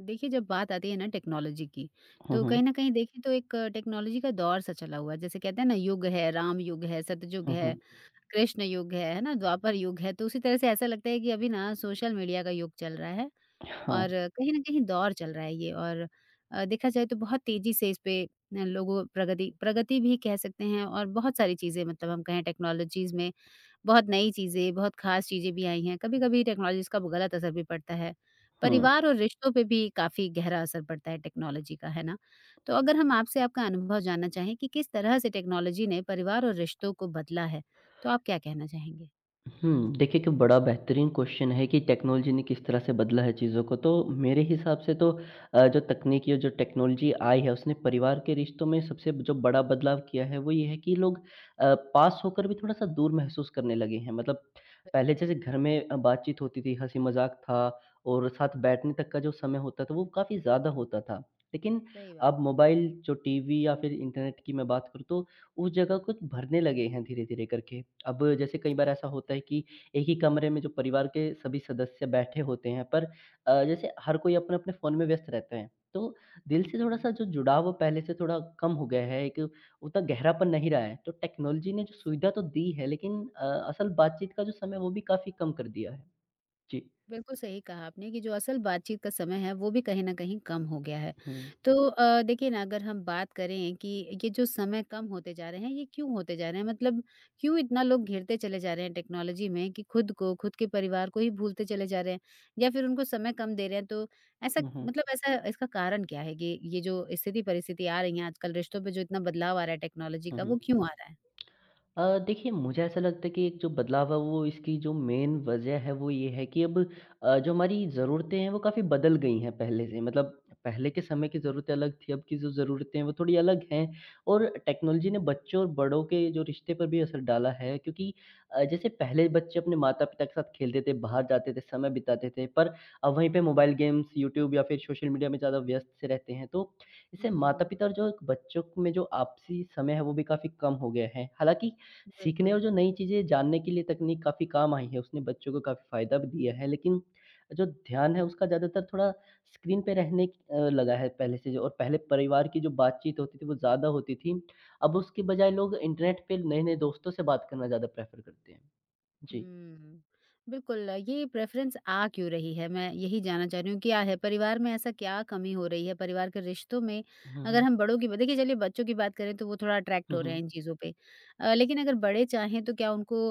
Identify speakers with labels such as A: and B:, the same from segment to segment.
A: देखिए जब बात आती है ना टेक्नोलॉजी की
B: हुँ,
A: तो
B: हुँ।
A: कहीं ना कहीं देखिए तो एक टेक्नोलॉजी का दौर सा चला हुआ है जैसे कहते हैं ना युग है राम युग है सतयुग
B: हुँ,
A: है
B: हुँ।
A: कृष्ण युग है ना द्वापर युग है तो उसी तरह से ऐसा लगता है कि अभी ना सोशल मीडिया का युग चल रहा है
B: हाँ,
A: और कहीं ना कहीं दौर चल रहा है ये और देखा जाए तो बहुत तेजी से इस पे न, लोगों प्रगति प्रगति भी कह सकते हैं और बहुत सारी चीजें मतलब हम कहें टेक्नोलॉजीज में बहुत नई चीज़ें, बहुत ख़ास चीज़ें भी आई हैं। कभी-कभी टेक्नोलॉजी इसका गलत असर भी पड़ता है।
B: हुँ।
A: परिवार और रिश्तों पे भी काफ़ी गहरा असर पड़ता है टेक्नोलॉजी का, है ना? तो अगर हम आपसे आपका अनुभव जानना चाहें कि किस तरह से टेक्नोलॉजी ने परिवार और रिश्तों को बदला है, तो आप क्या कहना चाहेंगे?
B: हुँ, देखिए कि बड़ा बेहतरीन क्वेश्चन है कि टेक्नोलॉजी ने किस तरह से बदला है चीज़ों को। तो मेरे हिसाब से तो जो तकनीकी और जो टेक्नोलॉजी आई है उसने परिवार के रिश्तों में सबसे जो बड़ा बदलाव किया है वो ये है कि लोग पास होकर भी थोड़ा-सा दूर महसूस करने लगे हैं। मतलब पहले
A: बिल्कुल।
B: जैसे घर में बातचीत होती थी, हँसी-मज़ाक था और साथ बैठने तक का जो समय होता था वो काफ़ी ज़्यादा होता था। लेकिन
A: सही बात।
B: अब मोबाइल जो टीवी या फिर इंटरनेट की मैं बात करूँ तो उस जगह कुछ भरने लगे हैं धीरे-धीरे करके। अब जैसे कई बार
A: सही
B: ऐसा
A: बात
B: होता
A: है।
B: है कि एक ही कमरे में जो परिवार के सभी सदस्य बैठे होते हैं, पर जैसे हर कोई अपने-अपने फ़ोन में व्यस्त रहते हैं। तो दिल
A: हुँ,
B: से
A: हुँ।
B: थोड़ा-सा जो जुड़ाव वो पहले से थोड़ा कम हो गया है, एक उतना गहरापन नहीं रहा है। तो टेक्नोलॉजी ने जो सुविधा तो दी है, लेकिन असल बातचीत का जो समय है, वो भी काफ़ी कम कर दिया है। जी।
A: बिल्कुल सही कहा आपने कि जो असल बातचीत का समय है वो भी कहीं न कहीं कम हो गया है।
B: हुँ।
A: तो देखिए ना अगर हम बात करें कि ये जो समय कम होते जा रहे हैं ये क्यों होते जा रहे हैं? मतलब क्यों इतना लोग घिरते चले जा रहे हैं टेक्नोलॉजी में कि खुद को, खुद के परिवार को ही भूलते चले जा रहे हैं या फिर उनको समय कम दे रहे हैं तो ऐसा
B: हुँ, हुँ।
A: मतलब ऐसा इसका कारण क्या है कि ये जो स्थिति परिस्थिति आ रही है आजकल रिश्तों पे जो इतना बदलाव आ रहा है टेक्नोलॉजी
B: हुँ,
A: का
B: हुँ।
A: वो क्यों आ रहा है?
B: देखिए मुझे ऐसा लगता है कि एक जो बदलाव है वो इसकी जो मेन वजह है वो ये है कि अब जो हमारी ज़रूरतें हैं वो काफ़ी बदल गई हैं पहले से। मतलब पहले के समय की ज़रूरतें अलग थी, अब की जो ज़रूरतें हैं वो थोड़ी अलग हैं और टेक्नोलॉजी ने बच्चों और बड़ों के जो रिश्ते पर भी असर डाला है क्योंकि जैसे पहले बच्चे अपने माता पिता के साथ खेलते थे, बाहर जाते थे, समय बिताते थे, पर अब वहीं पे मोबाइल गेम्स, यूट्यूब या फिर सोशल मीडिया में ज़्यादा व्यस्त से रहते हैं। तो इससे माता
A: हुँ,
B: पिता और जो बच्चों में जो आपसी समय है वो भी काफ़ी कम हो गया है। हालांकि सीखने
A: बिल्कुल।
B: और जो नई चीज़ें जानने के लिए तकनीक काफ़ी काम आई है, उसने बच्चों को काफ़ी फ़ायदा भी दिया है, लेकिन जो ध्यान है उसका ज़्यादातर थोड़ा स्क्रीन पे रहने लगा है पहले से। जो और पहले परिवार की जो बातचीत होती थी वो ज़्यादा होती थी। अब उसके बजाय लोग इंटरनेट पे नए-नए दोस्तों से बात करना ज़्यादा प्रेफ़र करते हैं। जी।
A: हुँ। बिल्कुल, ये प्रेफ़रेंस आ क्यों रही है? मैं यही जानना चाह रही हूँ, क्या है? परिवार में ऐसा क्या कमी हो रही है? परिवार के रिश्तों में
B: हुँ,
A: अगर
B: हुँ।
A: हम बड़ों की ब देखिए चलिए बच्चों की बात करें तो वो थोड़ा अट्रैक्ट
B: हुँ,
A: हो रहे
B: हुँ।
A: हैं इन चीज़ों पे। लेकिन अगर बड़े चाहें तो क्या उनको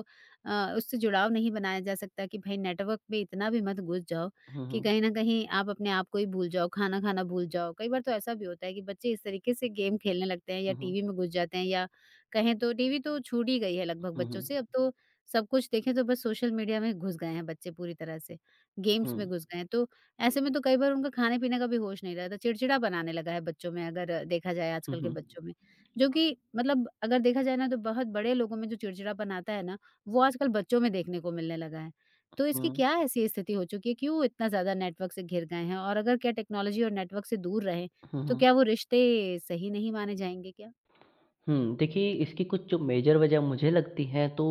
A: उससे जुड़ाव नहीं बनाया जा सकता कि भई नेटवर्क में इतना भी मत घुस जाओ
B: हुँ,
A: कि
B: हुँ।
A: कहीं न कहीं आप अपने आप को ही भूल जाओ, खाना खाना भूल जाओ। कई बार तो ऐसा भी होता है कि बच्चे इस तरीके से गेम खेलने लगते हैं या
B: हुँ, हुँ।
A: टीवी में घुस जाते हैं या कहें तो टीवी तो छूट ही गई है लगभग
B: हुँ,
A: बच्चों से,
B: हुँ।
A: अब तो सब कुछ देखें तो बस सोशल मीडिया में घुस गए हैं बच्चे पूरी तरह से, गेम्स में
B: हुँ।
A: घुस गए हैं। तो ऐसे में तो कई बार उनका खाने-पीने का भी होश नहीं रहता, चिड़चिड़ापन आने लगा है बच्चों में अगर देखा जाए
B: हुँ,
A: आजकल के
B: हुँ।
A: बच्चों में। जो कि मतलब अगर देखा जाए ना तो बहुत बड़े लोगों में जो चिड़चिड़ापन आता है ना, वो आजकल बच्चों में देखने को मिलने लगा है। तो
B: हुँ।
A: इसकी क्या ऐसी स्थिति हो चुकी है, क्यों इतना ज़्यादा नेटवर्क से घिर गए हैं? और अगर क्या टेक्नोलॉजी और नेटवर्क से दूर रहें,
B: हुँ,
A: तो
B: हुँ।
A: क्या वो रिश्ते सही नहीं माने जाएँगे क्या?
B: हुँ, देखिए इसकी कुछ जो मेजर वजह मुझे लगती है तो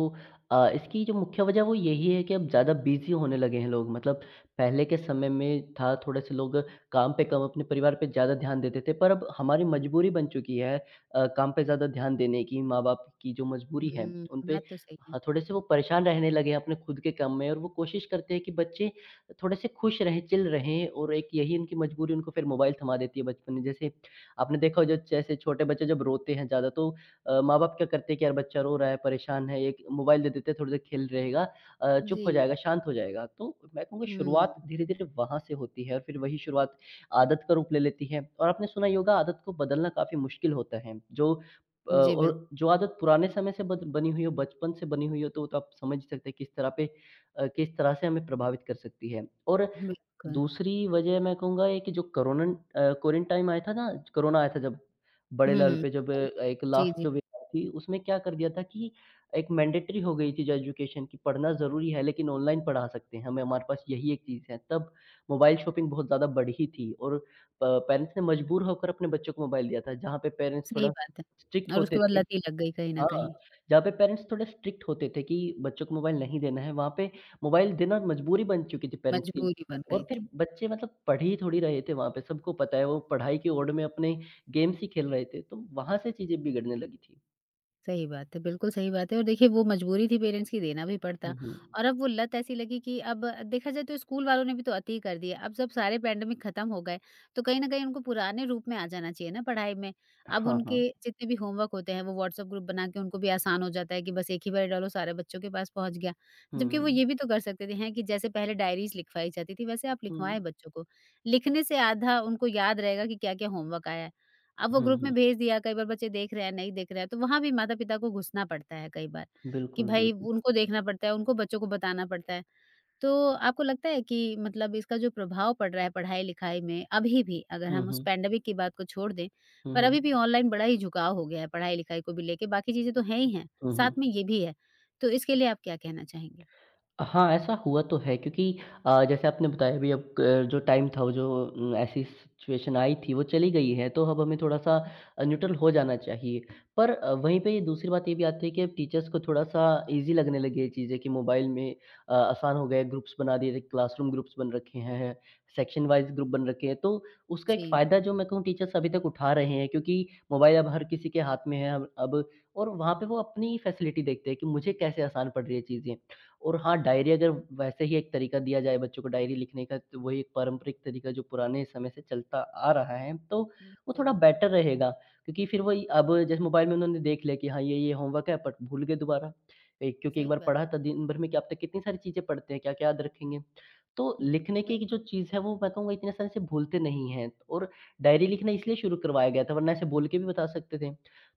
B: इसकी जो मुख्य वजह वो यही है कि अब ज़्यादा बिज़ी होने लगे हैं लोग। मतलब पहले के समय में था थोड़े-से लोग काम पे कम अपने परिवार पे ज़्यादा ध्यान देते थे, पर अब हमारी मजबूरी बन चुकी है काम पे ज़्यादा ध्यान देने की, माँ-बाप की जो मजबूरी है
A: हुँ,
B: उन पे।
A: बात तो सही है।
B: हाँ, थोड़े-से वो परेशान रहने लगे हैं अपने खुद के काम में और वो कोशिश करते हैं कि बच्चे थोड़े-से खुश रहें, चिल रहें और एक यही उनकी मजबूरी उनको फिर मोबाइल थमा देती है बचपन में। जैसे आपने देखा हो जो जैसे छोटे बच्चे जब रोते हैं ज़्यादा तो माँ-बाप क्या करते हैं कि यार बच्चा रो रहा है, परेशान है, एक मोबाइल दे देते हैं थोड़ी देर खेल रहेगा, चुप
A: जी।
B: हो जाएगा, शांत हो जाएगा। तो मैं कहूँगा
A: हुँ,
B: शुरुआत धीरे-धीरे वहाँ से होती है और फिर वही शुरुआत आदत का रूप ले लेती है। और आपने सुना ही होगा आदत को बदलना काफ़ी मुश्किल होता है। जो
A: जी बिल्कुल।
B: और जो आदत पुराने समय से बद बनी हुई हो, बचपन से बनी हुई हो तो वो तो आप समझ ही सकते हैं किस तरह पे किस तरह से हमें प्रभावित कर सकती है। और
A: बिल्कुल।
B: दूसरी वजह मैं कहूँगा ये कि जो कोरोनन अ, कोरोना कोरिन टाइम आया था ना, कोरोना आया था जब, बड़े
A: हुँ,
B: लेवल
A: हुँ,
B: पे जब
A: बिल्कुल।
B: एक
A: जी,
B: लास्ट
A: जी,
B: जो वेव थी, उसमें क्या कर दिया था कि एक मैंडेटरी हो गई थी जो एजुकेशन की। पढ़ना ज़रूरी है लेकिन ऑनलाइन पढ़ा सकते हैं, हमें हमारे पास यही एक चीज़ है। तब मोबाइल शॉपिंग बहुत ज़्यादा बढ़ी थी और प पेरेंट्स ने मजबूर होकर अपने बच्चों को मोबाइल दिया था, जहाँ पे पेरेंट्स
A: सही
B: थोड़ा
A: बात है।
B: स्ट्रिक्ट
A: और
B: होते
A: उसके बाद
B: थे।
A: लत ही लग गई कहीं न
B: हाँ,
A: कहीं,
B: जहाँ पे पेरेंट्स थोड़े स्ट्रिक्ट होते थे कि बच्चों को मोबाइल नहीं देना है, वहाँ पे मोबाइल देना मजबूरी बन चुकी थी पेरेंट्स की।
A: मजबूरी बन गई
B: और फिर
A: थी।
B: बच्चे मतलब पढ़ ही थोड़ी रहे थे वहाँ पे, सबको पता है वो पढ़ाई की ओड़ में अपने गेम्स ही खेल रहे थे, तो वहाँ से चीज़ें बिगड़ने लगी थी।
A: सही बात है, बिल्कुल सही बात है और देखिए वो मजबूरी थी पेरेंट्स की देना भी पड़ता
B: हुँ, हुँ।
A: और अब वो लत ऐसी लगी कि अब देखा जाए तो स्कूल वालों ने भी तो अति कर दिया। अब जब सारे पैंडेमिक खत्म हो गए, तो कहीं न कहीं उनको पुराने रूप में आ जाना चाहिए ना पढ़ाई में। अब
B: हाँ, हाँ।
A: उनके जितने भी होमवर्क होते हैं वो व्हाट्सएप ग्रुप बना के उनको भी आसान हो जाता है कि बस एक ही बार डालो सारे बच्चों के पास पहुँच गया। जबकि वो
B: हुँ,
A: ये भी तो कर सकते थे हैं कि जैसे पहले डायरीज़ लिखवाई जाती थी वैसे आप
B: हुँ।
A: लिखवाएँ बच्चों को। लिखने से आधा उनको याद रहेगा कि क्या-क्या होमवर्क आया है। अब वो
B: हुँ,
A: ग्रुप में
B: हुँ।
A: भेज दिया, कई बार बच्चे देख रहे हैं, नहीं देख रहे हैं, तो वहाँ भी माता-पिता को घुसना पड़ता है कई बार, कि
B: बिल्कुल,
A: भई
B: बिल्कुल।
A: उनको देखना पड़ता है, उनको बच्चों को बताना पड़ता है। तो आपको लगता है कि मतलब इसका जो प्रभाव पड़ रहा है पढ़ाई-लिखाई में, अभी भी अगर
B: हुँ,
A: हम उस
B: हुँ।
A: पैंडेमिक की बात को छोड़ दें,
B: हुँ,
A: पर
B: हुँ।
A: अभी भी ऑनलाइन बड़ा ही झुकाव हो गया है पढ़ाई-लिखाई को भी लेके, बाकी चीज़ें तो हैं ही हैं,
B: हुँ,
A: साथ में
B: हुँ।
A: ये भी है। तो इसके लिए आप क्या कहना चाहेंगे?
B: हाँ, ऐसा हुआ तो है क्योंकि जैसे आपने बताया भी अब क जो टाइम था वो जो ऐसी सिचुएशन आई थी वो चली गई है, तो अब हमें थोड़ा-सा न्यूट्रल हो जाना चाहिए। पर वहीं पे ये दूसरी बात ये भी आती है कि अब टीचर्स को थोड़ा-सा ईज़ी लगने लगी है चीज़ें कि मोबाइल में आसान हो गया है, ग्रुप्स बना दिए थे, क्लासरूम ग्रुप्स बन रखे हैं, सेक्शन वाइज़ ग्रुप बन रखे हैं। तो उसका एक
A: जी,
B: फ़ायदा जो मैं कहूँ टीचर्स अभी तक उठा रहे हैं क्योंकि मोबाइल अब हर किसी के हाथ में है। अब और वहाँ पे वो अपनी फैसिलिटी देखते हैं कि मुझे कैसे आसान पड़ रही है चीज़ें। और हाँ, डायरी अगर वैसे ही एक तरीका दिया जाए बच्चों को डायरी लिखने का, तो वही एक पारंपरिक तरीका जो पुराने समय से चलता आ रहा है, तो वो थोड़ा
A: बिल्कुल,
B: बेटर रहेगा। क्योंकि फिर वही अब जैसे मोबाइल में उन्होंने देख लिया कि हाँ, ये-ये होमवर्क है बट भूल गए दोबारा। क्योंकि एक
A: सही
B: बार
A: बात।
B: पढ़ा था, दिन भर में क्या पता कितनी सारी चीज़ें पढ़ते हैं, क्या-क्या याद रखेंगे। तो
A: हुँ,
B: लिखने की एक जो
A: बिल्कुल,
B: चीज़ है वो मैं कहूँगा इतने साल से भूलते नहीं हैं और डायरी लिखना इसलिए शुरू करवाया गया था वरना ऐसे बोल के भी बता सकते थे।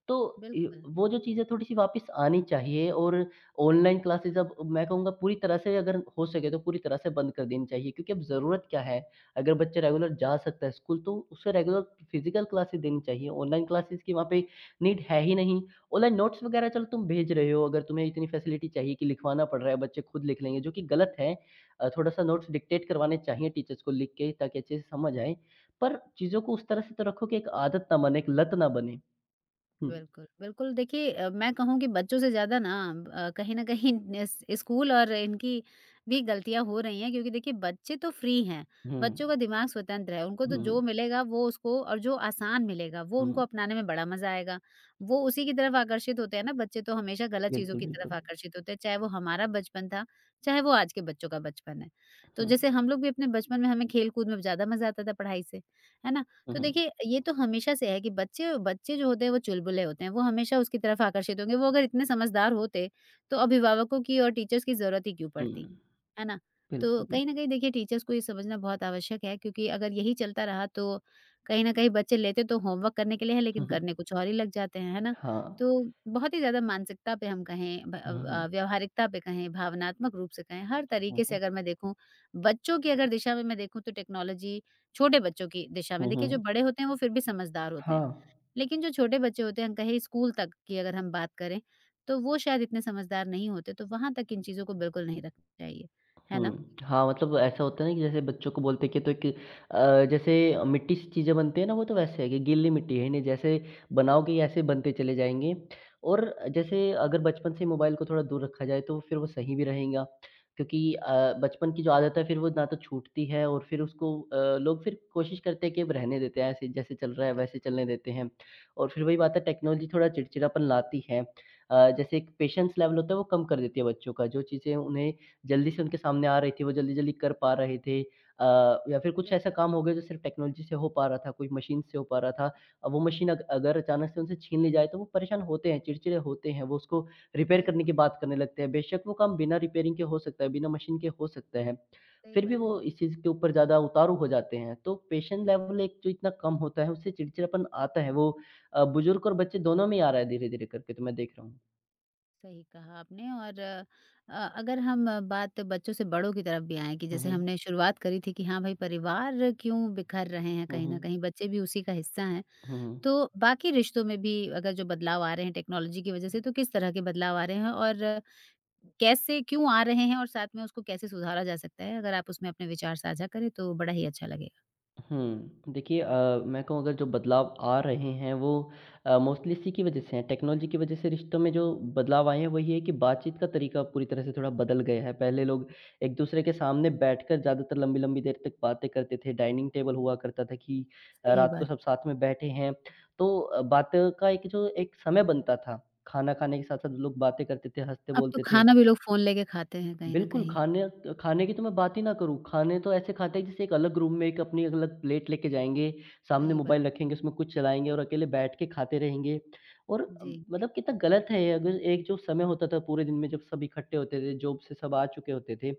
B: तो इ
A: बिल्कुल।
B: वो जो चीज़ है थोड़ी-सी वापस आनी चाहिए और ऑनलाइन क्लासेस अब मैं कहूँगा पूरी तरह से अगर हो सके तो पूरी तरह से बंद कर देनी चाहिए क्योंकि अब ज़रूरत क्या है? अगर बच्चा रेगुलर जा सकता है स्कूल तो उसे रेगुलर फिज़िकल क्लासेस देनी चाहिए। ऑनलाइन क्लासेस की वहाँ पे नीड है ही नहीं। ऑनलाइन नोट्स वगैरह चलो तुम भेज रहे हो, अगर तुम्हें इतनी फ़ैसिलिटी चाहिए कि लिखवाना पड़ रहा है, बच्चे खुद लिख लेंगे जो कि गलत है। थोड़ा-सा नोट्स डिक्टेट करवाने चाहिए टीचर्स को लिख के ताकि अच्छे से समझ आए। पर चीज़ों को उस तरह से तो रखो कि एक आदत ना बने, एक लत ना बने। हुँ।
A: बिल्कुल, बिल्कुल देखिए मैं कहूँ कि बच्चों से ज़्यादा ना कहीं न कहीं इस स्कूल और इनकी भी गलतियाँ हो रही हैं क्योंकि देखिए बच्चे तो फ्री हैं,
B: हुँ।
A: बच्चों का दिमाग स्वतंत्र है, उनको तो
B: हुँ,
A: जो मिलेगा वो उसको और जो आसान मिलेगा वो
B: हुँ,
A: उनको
B: हुँ।
A: अपनाने में बड़ा मज़ा आएगा। वो उसी की तरफ आकर्षित होते हैं ना बच्चे तो हमेशा गलत चीज़ों
B: बिल्कुल,
A: की तरफ
B: बिल्कुल।
A: आकर्षित होते हैं, चाहे वो हमारा बचपन था, चाहे वो आज के बच्चों का बचपन है। तो
B: हुँ,
A: जैसे हम लोग भी अपने बचपन में हमें खेल-कूद में ज़्यादा मज़ा आता था पढ़ाई से, है ना?
B: हुँ,
A: तो
B: हुँ।
A: देखिए, ये तो हमेशा से है कि बच्चे बच्चे जो होते हैं वो चुलबुले होते हैं, वो हमेशा उसकी तरफ आकर्षित होंगे, वो अगर इतने समझदार होते, तो अभिभावकों की और टीचर्स की ज़रूरत ही क्यों
B: हुँ,
A: पड़ती, है ना? तो
B: बिल्कुल, बिल्कुल।
A: कहीं न कहीं देखिए टीचर्स को ये समझना बहुत आवश्यक है क्योंकि अगर यही चलता रहा तो कहीं न कहीं बच्चे लेते तो होमवर्क करने के लिए है
B: हुँ,
A: लेकिन
B: हुँ।
A: करने कुछ और ही लग जाते हैं, है ना?
B: हाँ।
A: तो बहुत ही ज़्यादा मानसिकता पे हम कहें
B: हुँ, हुँ।
A: व्यावहारिकता पे कहें, भावनात्मक रूप से कहें, हर
B: हुँ,
A: तरीके से
B: हुँ।
A: अगर मैं देखूँ, बच्चों की अगर दिशा में मैं देखूँ तो टेक्नोलॉजी छोटे बच्चों की दिशा में।
B: हुँ,
A: देखिए जो
B: हुँ।
A: बड़े होते हैं वो फिर भी समझदार होते
B: हाँ।
A: हैं, लेकिन जो छोटे बच्चे होते हैं, हम कहें स्कूल तक की अगर हम बात करें, तो वो शायद इतने समझदार नहीं होते, तो वहाँ तक इन चीज़ों को बिल्कुल नहीं रखना चाहिए। है ना?
B: हुँ। हाँ, मतलब ऐसा होता है ना कि जैसे बच्चों को बोलते हैं कि तो एक जैसे मिट्टी से चीज़ें बनती हैं ना, वो तो वैसे है कि गीली मिट्टी है नहीं, जैसे बनाओगे ही ऐसे बनते चले जाएँगे। और जैसे अगर बचपन से मोबाइल को थोड़ा दूर रखा जाए, तो फिर वो सही भी रहेगा क्योंकि बचपन की जो आदत है, फिर वो ना तो छूटती है और फिर उसको लोग फिर कोशिश करते हैं कि अब रहने देते हैं, ऐसे जैसे चल रहा है,
A: बिल्कुल,
B: वैसे चलने देते हैं। और फिर वही बात है, टेक्नोलॉजी थोड़ा चिड़चिड़ापन लाती है। जैसे एक पेशेंस लेवल होता है, वो कम कर देती है बच्चों का। जो चीज़ें उन्हें जल्दी से उनके सामने आ रही थी, वो जल्दी-जल्दी कर पा रहे थे, अ, या फिर कुछ
A: सही
B: ऐसा
A: बात
B: काम
A: है।
B: हो गया जो सिर्फ़ टेक्नोलॉजी से हो पा रहा था, कोई मशीन से हो पा रहा था। अब वो मशीन अग अगर अचानक से उनसे छीन ली जाए, तो वो परेशान होते हैं, चिड़चिड़े होते हैं, वो उसको रिपेयर करने की
A: बिल्कुल,
B: बात करने लगते हैं। बेशक वो काम बिना रिपेयरिंग के हो सकता है, बिना मशीन के हो सकता है,
A: सही
B: फिर भी
A: बात है।
B: वो इस चीज़ के ऊपर ज़्यादा उतारू हो जाते हैं। तो पेशेंस लेवल एक जो इतना कम होता है, उससे चिड़चिड़ापन आता है, वो बुज़ुर्ग और बच्चे दोनों में ही आ रहा है धीरे-धीरे करके, तो मैं देख रहा हूँ।
A: सही कहा आपने और अ, अगर हम बात बच्चों से बड़ों की तरफ भी आएँ कि
B: हुँ,
A: जैसे
B: हुँ।
A: हमने शुरुआत करी थी कि हाँ भाई परिवार क्यों बिखर रहे हैं
B: हुँ,
A: कहीं न
B: हुँ।
A: कहीं, बच्चे भी उसी का हिस्सा हैं।
B: हुँ, हुँ।
A: तो बाकी रिश्तों में भी अगर जो बदलाव आ रहे हैं टेक्नोलॉजी की वजह से तो किस तरह के बदलाव आ रहे हैं और कैसे क्यों आ रहे हैं और साथ में उसको कैसे सुधारा जा सकता है? अगर आप उसमें अपने विचार साझा करें तो बड़ा ही अच्छा लगेगा।
B: हुँ। देखिए मैं कहूँ अगर जो बदलाव आ रहे हैं वो मोस्टली इसी की वजह से हैं, टेक्नोलॉजी की वजह से रिश्तों में जो बदलाव आए हैं वो ये है कि बातचीत का तरीका पूरी तरह से थोड़ा बदल गया है। पहले लोग एक-दूसरे के सामने बैठकर ज़्यादातर लंबी-लंबी देर तक बातें करते थे, डाइनिंग टेबल हुआ करता था कि
A: सही
B: रात को
A: बात।
B: सब साथ में बैठे हैं। तो बातों का एक जो एक समय बनता था, खाना खाने के साथ-साथ लोग बातें करते थे,
A: अब तो
B: हँसते-बोलते थे।
A: खाना भी लोग फ़ोन लेके खाते हैं कहीं न
B: बिल्कुल,
A: कहीं।
B: खाने खाने की तो मैं बात ही ना करूँ, खाने तो ऐसे खाते हैं जैसे एक अलग रूम में एक अपनी अलग प्लेट लेके जाएँगे, सामने
A: सही बात।
B: मोबाइल रखेंगे, उसमें कुछ चलाएँगे और अकेले बैठ के खाते रहेंगे। और
A: जी,
B: मतलब कितना गलत है ये। अगर एक जो समय होता था पूरे दिन में जब सब इकट्ठे होते थे, जॉब से सब आ चुके होते थे,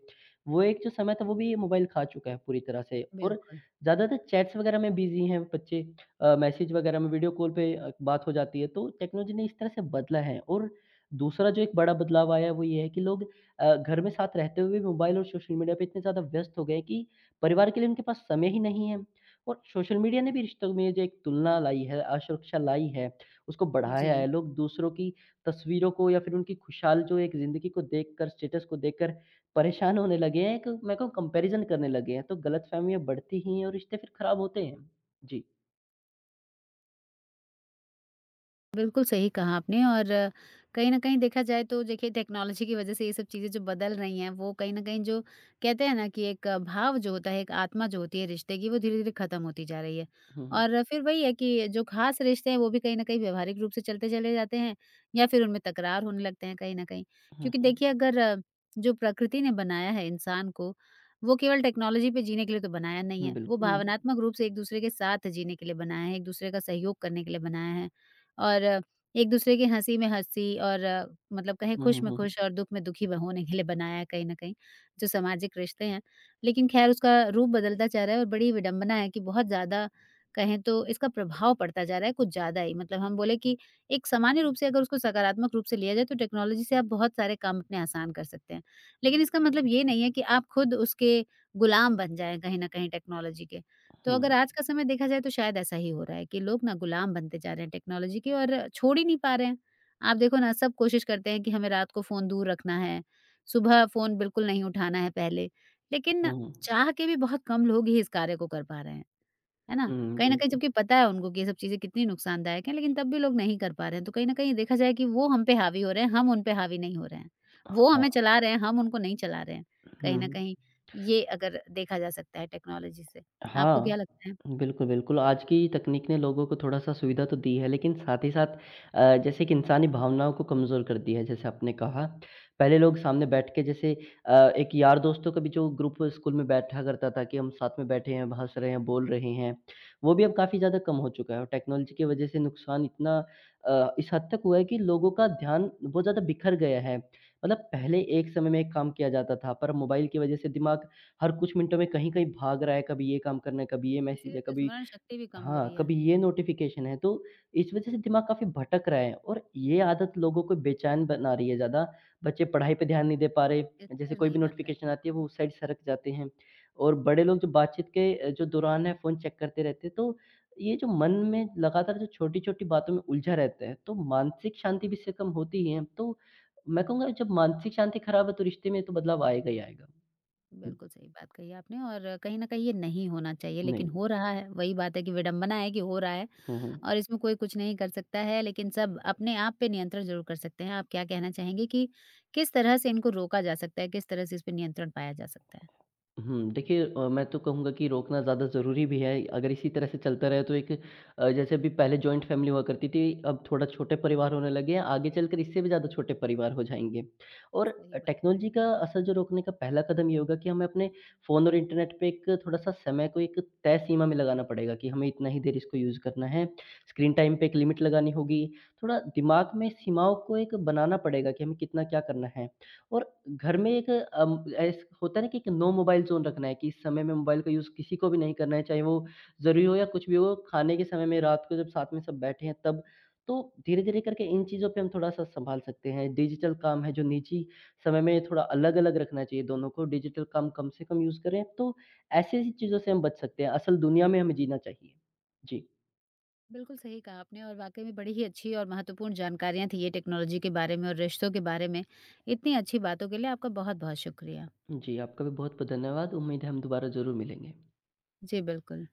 B: वो एक जो समय था वो भी ये मोबाइल खा चुका है पूरी तरह से। और
A: बिल्कुल।
B: ज़्यादातर चैट्स वगैरह में बिज़ी हैं बच्चे। मैसेज वगैरह में वीडियो कॉल पे बात हो जाती है, तो टेक्नोलॉजी ने इस तरह से बदला है। और दूसरा जो एक बड़ा बदलाव आया है वो ये है कि लोग घर में साथ रहते हुए भी मोबाइल और सोशल मीडिया पे इतने ज़्यादा व्यस्त हो गए हैं कि परिवार के लिए उनके पास समय ही नहीं है। और सोशल मीडिया ने भी रिश्तों में जो एक तुलना लाई है, असुरक्षा लाई है, उसको बढ़ाया
A: जी।
B: है। लोग दूसरों की तस्वीरों को या फिर उनकी खुशहाल जो एक ज़िंदगी को देखकर, स्टेटस को देखकर परेशान होने लगे हैं। एक मैं कहूँ कंपैरिज़न करने लगे हैं, तो गलतफ़हमियाँ बढ़ती ही हैं और रिश्ते फिर ख़राब होते हैं। जी।
A: बिल्कुल सही कहा आपने और कहीं न कहीं देखा जाए तो देखिए टेक्नोलॉजी की वज़ह से ये सब चीज़ें जो बदल रही हैं, वो कहीं न कहीं जो कहते हैं ना कि एक भाव जो होता है, एक आत्मा जो होती है रिश्ते की, वो धीरे-धीरे खत्म होती जा रही है।
B: हुँ, हुँ।
A: और फिर वही है कि जो खास रिश्ते हैं, वो भी कहीं न कहीं व्यावहारिक रूप से चलते चले जाते हैं या फिर उनमें तकरार होने लगते हैं कहीं न कहीं।
B: हुँ,
A: क्योंकि
B: हुँ।
A: देखिए अगर जो प्रकृति ने बनाया है इंसान को, वो केवल टेक्नोलॉजी पे जीने के लिए तो बनाया नहीं
B: हुँ,
A: है। वो
B: बिल्कुल।
A: भावनात्मक रूप से एक-दूसरे के साथ जीने के लिए बनाया है, एक-दूसरे का सहयोग करने के लिए बनाया है। और एक-दूसरे की हँसी में हँसी और मतलब कहें
B: हुँ,
A: खुश
B: हुँ,
A: में
B: हुँ, हुँ।
A: खुश और दुःख में दुखी ब होने के लिए बनाया है कहीं न कहीं, जो सामाजिक रिश्ते हैं। लेकिन ख़ैर उसका रूप बदलता जा रहा है और बड़ी विडंबना है कि बहुत ज़्यादा कहें तो इसका प्रभाव पड़ता जा रहा है कुछ ज़्यादा ही। मतलब हम बोले कि एक सामान्य रूप से अगर उसको सकारात्मक रूप से लिया जाए तो टेक्नोलॉजी से आप बहुत सारे काम अपने आसान कर सकते हैं। लेकिन इसका मतलब ये नहीं है कि आप खुद उसके गुलाम बन जाएँ कहीं न कहीं टेक्नोलॉजी के। तो अगर
B: हुँ,
A: आज का समय देखा जाए तो शायद ऐसा ही हो रहा है कि लोग ना गुलाम बनते जा रहे हैं टेक्नोलॉजी के और छोड़ ही नहीं पा रहे हैं। आप देखो ना सब कोशिश करते हैं कि हमें रात को फ़ोन दूर रखना है, सुबह फ़ोन बिल्कुल नहीं उठाना है पहले, लेकिन
B: हुँ, हुँ।
A: चाह के भी बहुत कम लोग ही इस कार्य को कर पा रहे हैं, है ना?
B: हुँ,
A: कहीं न कहीं
B: बिल्कुल।
A: जबकि पता है उनको कि ये सब चीज़ें कितनी नुकसानदायक हैं, लेकिन तब भी लोग नहीं कर पा रहे हैं। तो कहीं न कहीं देखा जाए कि वो हम पे हावी हो रहे हैं, हम उन पे हावी नहीं हो रहे हैं। वो हमें
B: हाँ।
A: चला रहे हैं, हम उनको नहीं चला रहे हैं। कहीं न
B: हुँ।
A: कहीं ये अगर देखा जा सकता है टेक्नोलॉजी से। आपको
B: हाँ,
A: क्या लगता है?
B: बिल्कुल, बिल्कुल। आज की तकनीक ने लोगों को थोड़ा-सा सुविधा तो दी है, लेकिन साथ ही साथ जैसे कि इंसानी भावनाओं को कमज़ोर कर दिया है, जैसे आपने कहा। पहले लोग सामने बैठ के जैसे एक यार दोस्तों का भी जो ग्रुप स्कूल में बैठा करता था कि हम साथ में बैठे हैं, हँस रहे हैं, बोल रहे हैं, वो भी अब काफ़ी ज़्यादा कम हो चुका है। और टेक्नोलॉजी की वजह से नुकसान इतना इस हद तक हुआ है कि लोगों का ध्यान बहुत ज़्यादा बिखर गया है। मतलब पहले
A: बिल्कुल,
B: एक समय में एक काम किया जाता था, पर मोबाइल की वजह से दिमाग हर कुछ मिनटों में कहीं-कहीं भाग रहा है, कभी ये काम करना है, कभी ये मैसेज
A: इसीलिए
B: है,
A: तो
B: कभी
A: स्मरण शक्ति भी कम हो
B: हाँ,
A: रही है,
B: कभी ये नोटिफ़िकेशन है, तो इस वजह से दिमाग काफ़ी भटक रहा है और ये आदत लोगों को बेचैन बना रही है ज़्यादा। बच्चे पढ़ाई पे ध्यान नहीं दे पा रहे, जैसे
A: स्थिर
B: कोई
A: नहीं
B: भी
A: बन रहा
B: नोटिफ़िकेशन
A: है।
B: आती है, वो उस साइड सरक जाते हैं और बड़े लोग जो बातचीत के जो दौरान है, फ़ोन चेक करते रहते हैं, तो ये जो मन में लगातार जो छोटी-छोटी बातों में उलझा रहता है, तो मानसिक शांति भी इससे कम होती ही है। तो मैं कहूँगा जब मानसिक शांति खराब है, तो रिश्ते में तो बदलाव आएगा ही आएगा। हुँ,
A: बिल्कुल सही बात कही आपने और कहीं न कहीं ये नहीं होना चाहिए लेकिन
B: नहीं।
A: हो रहा है, वही बात है कि विडंबना है कि हो रहा है
B: हुँ, हुँ।
A: और इसमें कोई कुछ नहीं कर सकता है लेकिन सब अपने आप पे नियंत्रण ज़रूर कर सकते हैं। आप क्या कहना चाहेंगे कि किस तरह से इनको रोका जा सकता है, किस तरह से इस पे नियंत्रण पाया जा सकता है?
B: हुँ, देखिए मैं तो कहूँगा कि रोकना ज़्यादा ज़रूरी भी है। अगर इसी तरह से चलता रहे तो एक जैसे अभी पहले जॉइंट फ़ैमिली हुआ करती थी, अब थोड़ा छोटे परिवार होने लगे हैं, आगे चलकर इससे भी ज़्यादा छोटे परिवार हो जाएँगे। और
A: सही बात है।
B: टेक्नोलॉजी का असर जो रोकने का पहला कदम ये होगा कि हमें अपने फ़ोन और इंटरनेट पे एक थोड़ा-सा समय को एक तय सीमा में लगाना पड़ेगा कि हमें इतना ही देर इसको यूज़ करना है। स्क्रीन टाइम पे एक लिमिट लगानी होगी। थोड़ा दिमाग में सीमाओं को एक बनाना पड़ेगा कि हमें कितना क्या करना है। और घर में एक ऐस होता है ना कि एक नो मोबाइल ज़ोन रखना है कि इस समय में मोबाइल का यूज़ किसी को भी नहीं करना है, चाहे वो ज़रूरी हो या कुछ भी हो, खाने के समय में रात को जब साथ में सब बैठे हैं तब। तो धीरे-धीरे करके इन चीज़ों पे हम थोड़ा-सा सँभाल सकते हैं। डिजिटल काम है जो निजी समय में थोड़ा अलग-अलग रखना चाहिए दोनों को, डिजिटल काम कम से कम यूज़ करें, तो ऐसी-ऐसी चीज़ों से हम बच सकते हैं। असल दुनिया में हमें जीना चाहिए। जी।
A: बिल्कुल सही कहा आपने और वाक़ई में बड़ी ही अच्छी और महत्वपूर्ण जानकारियाँ थी ये टेक्नोलॉजी के बारे में और रिश्तों के बारे में। इतनी अच्छी बातों के लिए आपका बहुत-बहुत शुक्रिया।
B: जी, आपका भी बहुत-बहुत धन्यवाद। उम्मीद है हम दोबारा ज़रूर मिलेंगे।
A: जी, बिल्कुल।